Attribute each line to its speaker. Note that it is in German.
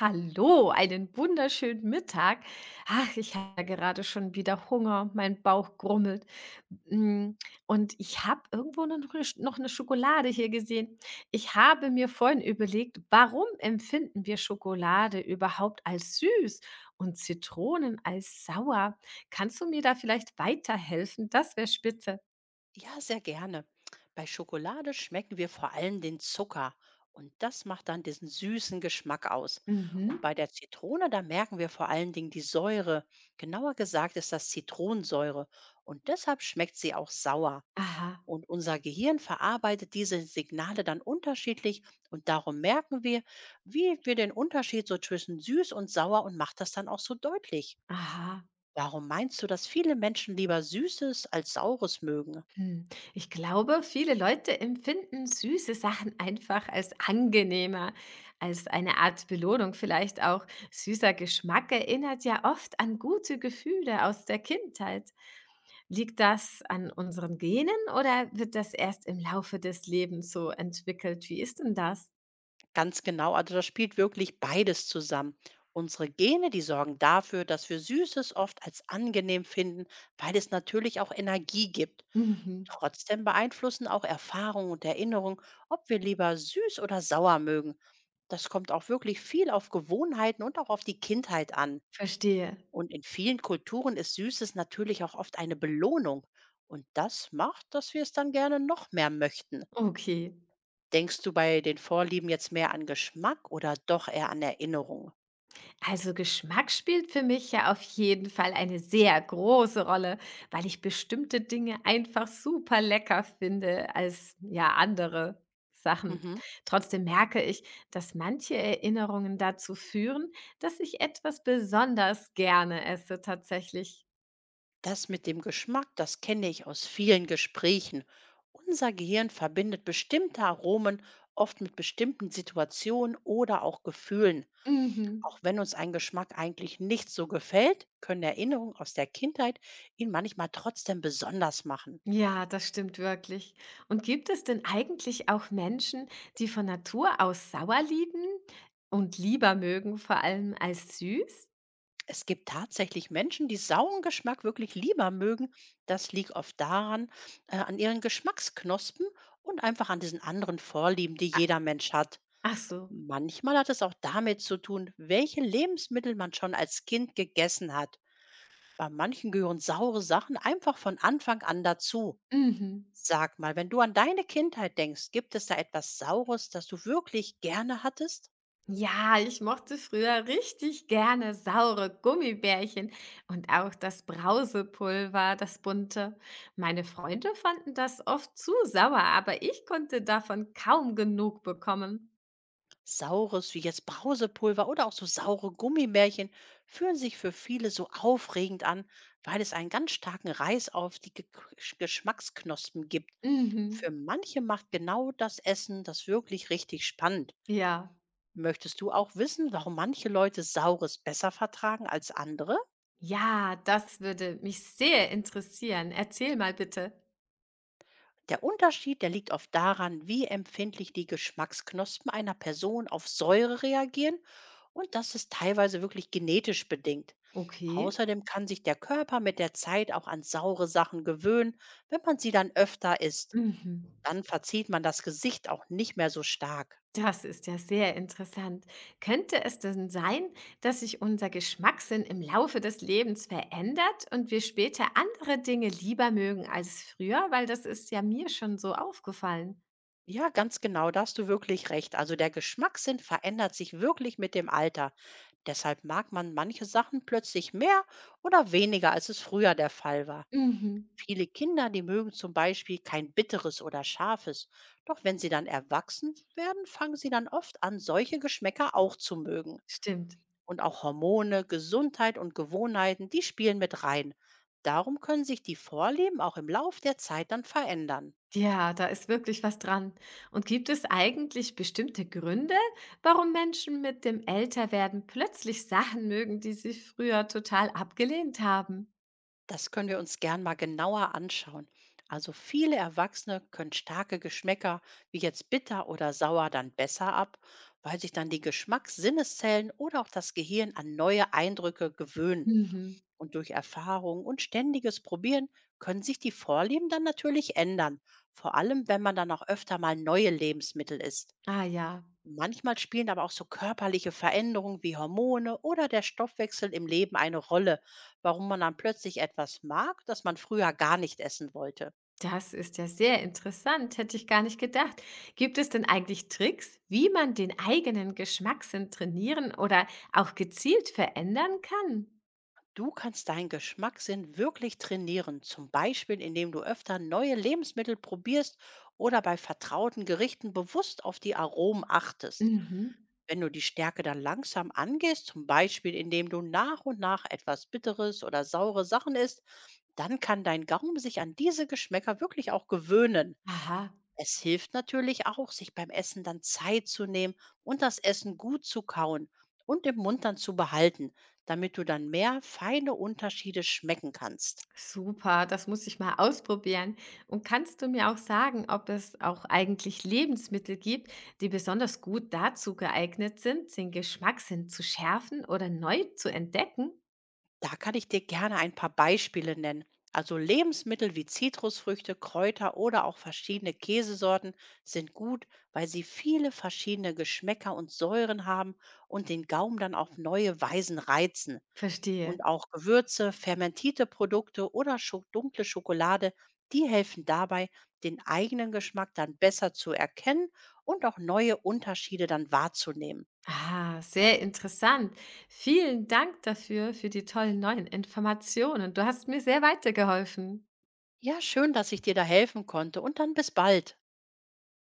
Speaker 1: Hallo, einen wunderschönen Mittag. Ach, ich habe ja gerade schon wieder Hunger, mein Bauch grummelt. Mm, Und ich habe irgendwo noch eine Schokolade hier gesehen. Ich habe mir vorhin überlegt, warum empfinden wir Schokolade überhaupt als süß und Zitronen als sauer? Kannst du mir da vielleicht weiterhelfen? Das wäre spitze.
Speaker 2: Ja, sehr gerne. Bei Schokolade schmecken wir vor allem den Zucker und das macht dann diesen süßen Geschmack aus. Und
Speaker 1: Mhm.
Speaker 2: bei der Zitrone, da merken wir vor allen Dingen die Säure. Genauer gesagt ist das Zitronensäure und deshalb schmeckt sie auch sauer.
Speaker 1: Aha,
Speaker 2: Und unser Gehirn verarbeitet diese Signale dann unterschiedlich und darum merken wir, wie wir den Unterschied so zwischen süß und sauer und macht das dann auch so deutlich.
Speaker 1: aha.
Speaker 2: Warum meinst du, dass viele Menschen lieber Süßes als Saures mögen?
Speaker 1: Hm. Ich glaube, viele Leute empfinden süße Sachen einfach als angenehmer, als eine Art Belohnung vielleicht auch. Süßer Geschmack erinnert ja oft an gute Gefühle aus der Kindheit. Liegt das an unseren Genen oder wird das erst im Laufe des Lebens so entwickelt? Wie ist denn das?
Speaker 2: Ganz genau, also das spielt wirklich beides zusammen. Unsere Gene, die sorgen dafür, dass wir Süßes oft als angenehm finden, weil es natürlich auch Energie gibt.
Speaker 1: Mhm.
Speaker 2: Trotzdem beeinflussen auch Erfahrung und Erinnerung, ob wir lieber süß oder sauer mögen. Das kommt auch wirklich viel auf Gewohnheiten und auch auf die Kindheit an.
Speaker 1: Verstehe.
Speaker 2: Und in vielen Kulturen ist Süßes natürlich auch oft eine Belohnung. Und das macht, dass wir es dann gerne noch mehr möchten.
Speaker 1: Okay.
Speaker 2: Denkst du bei den Vorlieben jetzt mehr an Geschmack oder doch eher an Erinnerung?
Speaker 1: Also Geschmack spielt für mich ja auf jeden Fall eine sehr große Rolle, weil ich bestimmte Dinge einfach super lecker finde als ja andere Sachen.
Speaker 2: Mhm.
Speaker 1: Trotzdem merke ich, dass manche Erinnerungen dazu führen, dass ich etwas besonders gerne esse tatsächlich.
Speaker 2: Das mit dem Geschmack, das kenne ich aus vielen Gesprächen. Unser Gehirn verbindet bestimmte Aromen oft mit bestimmten Situationen oder auch Gefühlen. Auch
Speaker 1: Mhm.
Speaker 2: wenn uns ein Geschmack eigentlich nicht so gefällt, können Erinnerungen aus der Kindheit ihn manchmal trotzdem besonders machen.
Speaker 1: Ja, das stimmt wirklich. Und gibt es denn eigentlich auch Menschen, die von Natur aus sauer lieben und lieber mögen, vor allem als süß?
Speaker 2: Es gibt tatsächlich Menschen, die sauren Geschmack wirklich lieber mögen. Das liegt oft daran, an ihren Geschmacksknospen und einfach an diesen anderen Vorlieben, die jeder Mensch hat.
Speaker 1: Ach so.
Speaker 2: Manchmal hat es auch damit zu tun, welche Lebensmittel man schon als Kind gegessen hat. Bei manchen gehören saure Sachen einfach von Anfang an dazu.
Speaker 1: Mhm.
Speaker 2: Sag mal, wenn du an deine Kindheit denkst, gibt es da etwas Saures, das du wirklich gerne hattest?
Speaker 1: Ja, ich mochte früher richtig gerne saure Gummibärchen und auch das Brausepulver, das bunte. Meine Freunde fanden das oft zu sauer, aber ich konnte davon kaum genug bekommen.
Speaker 2: Saures wie jetzt Brausepulver oder auch so saure Gummibärchen fühlen sich für viele so aufregend an, weil es einen ganz starken Reiz auf die Ge Geschmacksknospen gibt.
Speaker 1: Mhm.
Speaker 2: Für manche macht genau das Essen das wirklich richtig spannend.
Speaker 1: Ja,
Speaker 2: Möchtest du auch wissen, warum manche Leute Saures besser vertragen als andere?
Speaker 1: ja, das würde mich sehr interessieren. Erzähl mal bitte.
Speaker 2: Der Unterschied, der liegt oft daran, wie empfindlich die Geschmacksknospen einer Person auf Säure reagieren und das ist teilweise wirklich genetisch bedingt.
Speaker 1: Okay.
Speaker 2: Außerdem kann sich der Körper mit der Zeit auch an saure Sachen gewöhnen, wenn man sie dann öfter isst.
Speaker 1: Mhm.
Speaker 2: Dann verzieht man das Gesicht auch nicht mehr so stark.
Speaker 1: Das ist ja sehr interessant. Könnte es denn sein, dass sich unser Geschmackssinn im Laufe des Lebens verändert und wir später andere Dinge lieber mögen als früher? Weil das ist ja mir schon so aufgefallen.
Speaker 2: Ja, ganz genau, da hast du wirklich recht. Also der Geschmackssinn verändert sich wirklich mit dem Alter. Deshalb mag man manche Sachen plötzlich mehr oder weniger, als es früher der Fall war.
Speaker 1: Mhm.
Speaker 2: Viele Kinder, die mögen zum Beispiel kein bitteres oder scharfes. Doch wenn sie dann erwachsen werden, fangen sie dann oft an, solche Geschmäcker auch zu mögen.
Speaker 1: Stimmt.
Speaker 2: Und auch Hormone, Gesundheit und Gewohnheiten, die spielen mit rein. Darum können sich die Vorlieben auch im Lauf der Zeit dann verändern.
Speaker 1: Ja, da ist wirklich was dran. Und gibt es eigentlich bestimmte Gründe, warum Menschen mit dem Älterwerden plötzlich Sachen mögen, die sie früher total abgelehnt haben?
Speaker 2: Das können wir uns gern mal genauer anschauen. Also viele Erwachsene können starke Geschmäcker wie jetzt bitter oder sauer dann besser ab, weil sich dann die Geschmackssinneszellen oder auch das Gehirn an neue Eindrücke gewöhnen.
Speaker 1: Mhm.
Speaker 2: Und durch Erfahrung und ständiges Probieren können sich die Vorlieben dann natürlich ändern, vor allem wenn man dann auch öfter mal neue Lebensmittel isst.
Speaker 1: Ah ja.
Speaker 2: Manchmal spielen aber auch so körperliche Veränderungen wie Hormone oder der Stoffwechsel im Leben eine Rolle, warum man dann plötzlich etwas mag, das man früher gar nicht essen wollte.
Speaker 1: Das ist ja sehr interessant, hätte ich gar nicht gedacht. Gibt es denn eigentlich Tricks, wie man den eigenen Geschmackssinn trainieren oder auch gezielt verändern kann?
Speaker 2: Du kannst deinen Geschmackssinn wirklich trainieren, zum Beispiel indem du öfter neue Lebensmittel probierst oder bei vertrauten Gerichten bewusst auf die Aromen achtest.
Speaker 1: Mhm.
Speaker 2: Wenn du die Stärke dann langsam angehst, zum Beispiel indem du nach und nach etwas Bitteres oder saure Sachen isst, dann kann dein Gaumen sich an diese Geschmäcker wirklich auch gewöhnen.
Speaker 1: Aha,
Speaker 2: Es hilft natürlich auch, sich beim Essen dann Zeit zu nehmen und das Essen gut zu kauen und im Mund dann zu behalten, damit du dann mehr feine Unterschiede schmecken kannst.
Speaker 1: super, das muss ich mal ausprobieren. Und kannst du mir auch sagen, ob es auch eigentlich Lebensmittel gibt, die besonders gut dazu geeignet sind, den Geschmackssinn zu schärfen oder neu zu entdecken?
Speaker 2: Da kann ich dir gerne ein paar Beispiele nennen. Also Lebensmittel wie Zitrusfrüchte, Kräuter oder auch verschiedene Käsesorten sind gut, weil sie viele verschiedene Geschmäcker und Säuren haben und den Gaumen dann auf neue Weisen reizen.
Speaker 1: Verstehe.
Speaker 2: Und auch Gewürze, fermentierte Produkte oder scho dunkle Schokolade, die helfen dabei, den eigenen Geschmack dann besser zu erkennen und auch neue Unterschiede dann wahrzunehmen.
Speaker 1: Ah, sehr interessant. Vielen Dank dafür, für die tollen neuen Informationen. Du hast mir sehr weitergeholfen.
Speaker 2: Ja, schön, dass ich dir da helfen konnte und dann bis bald.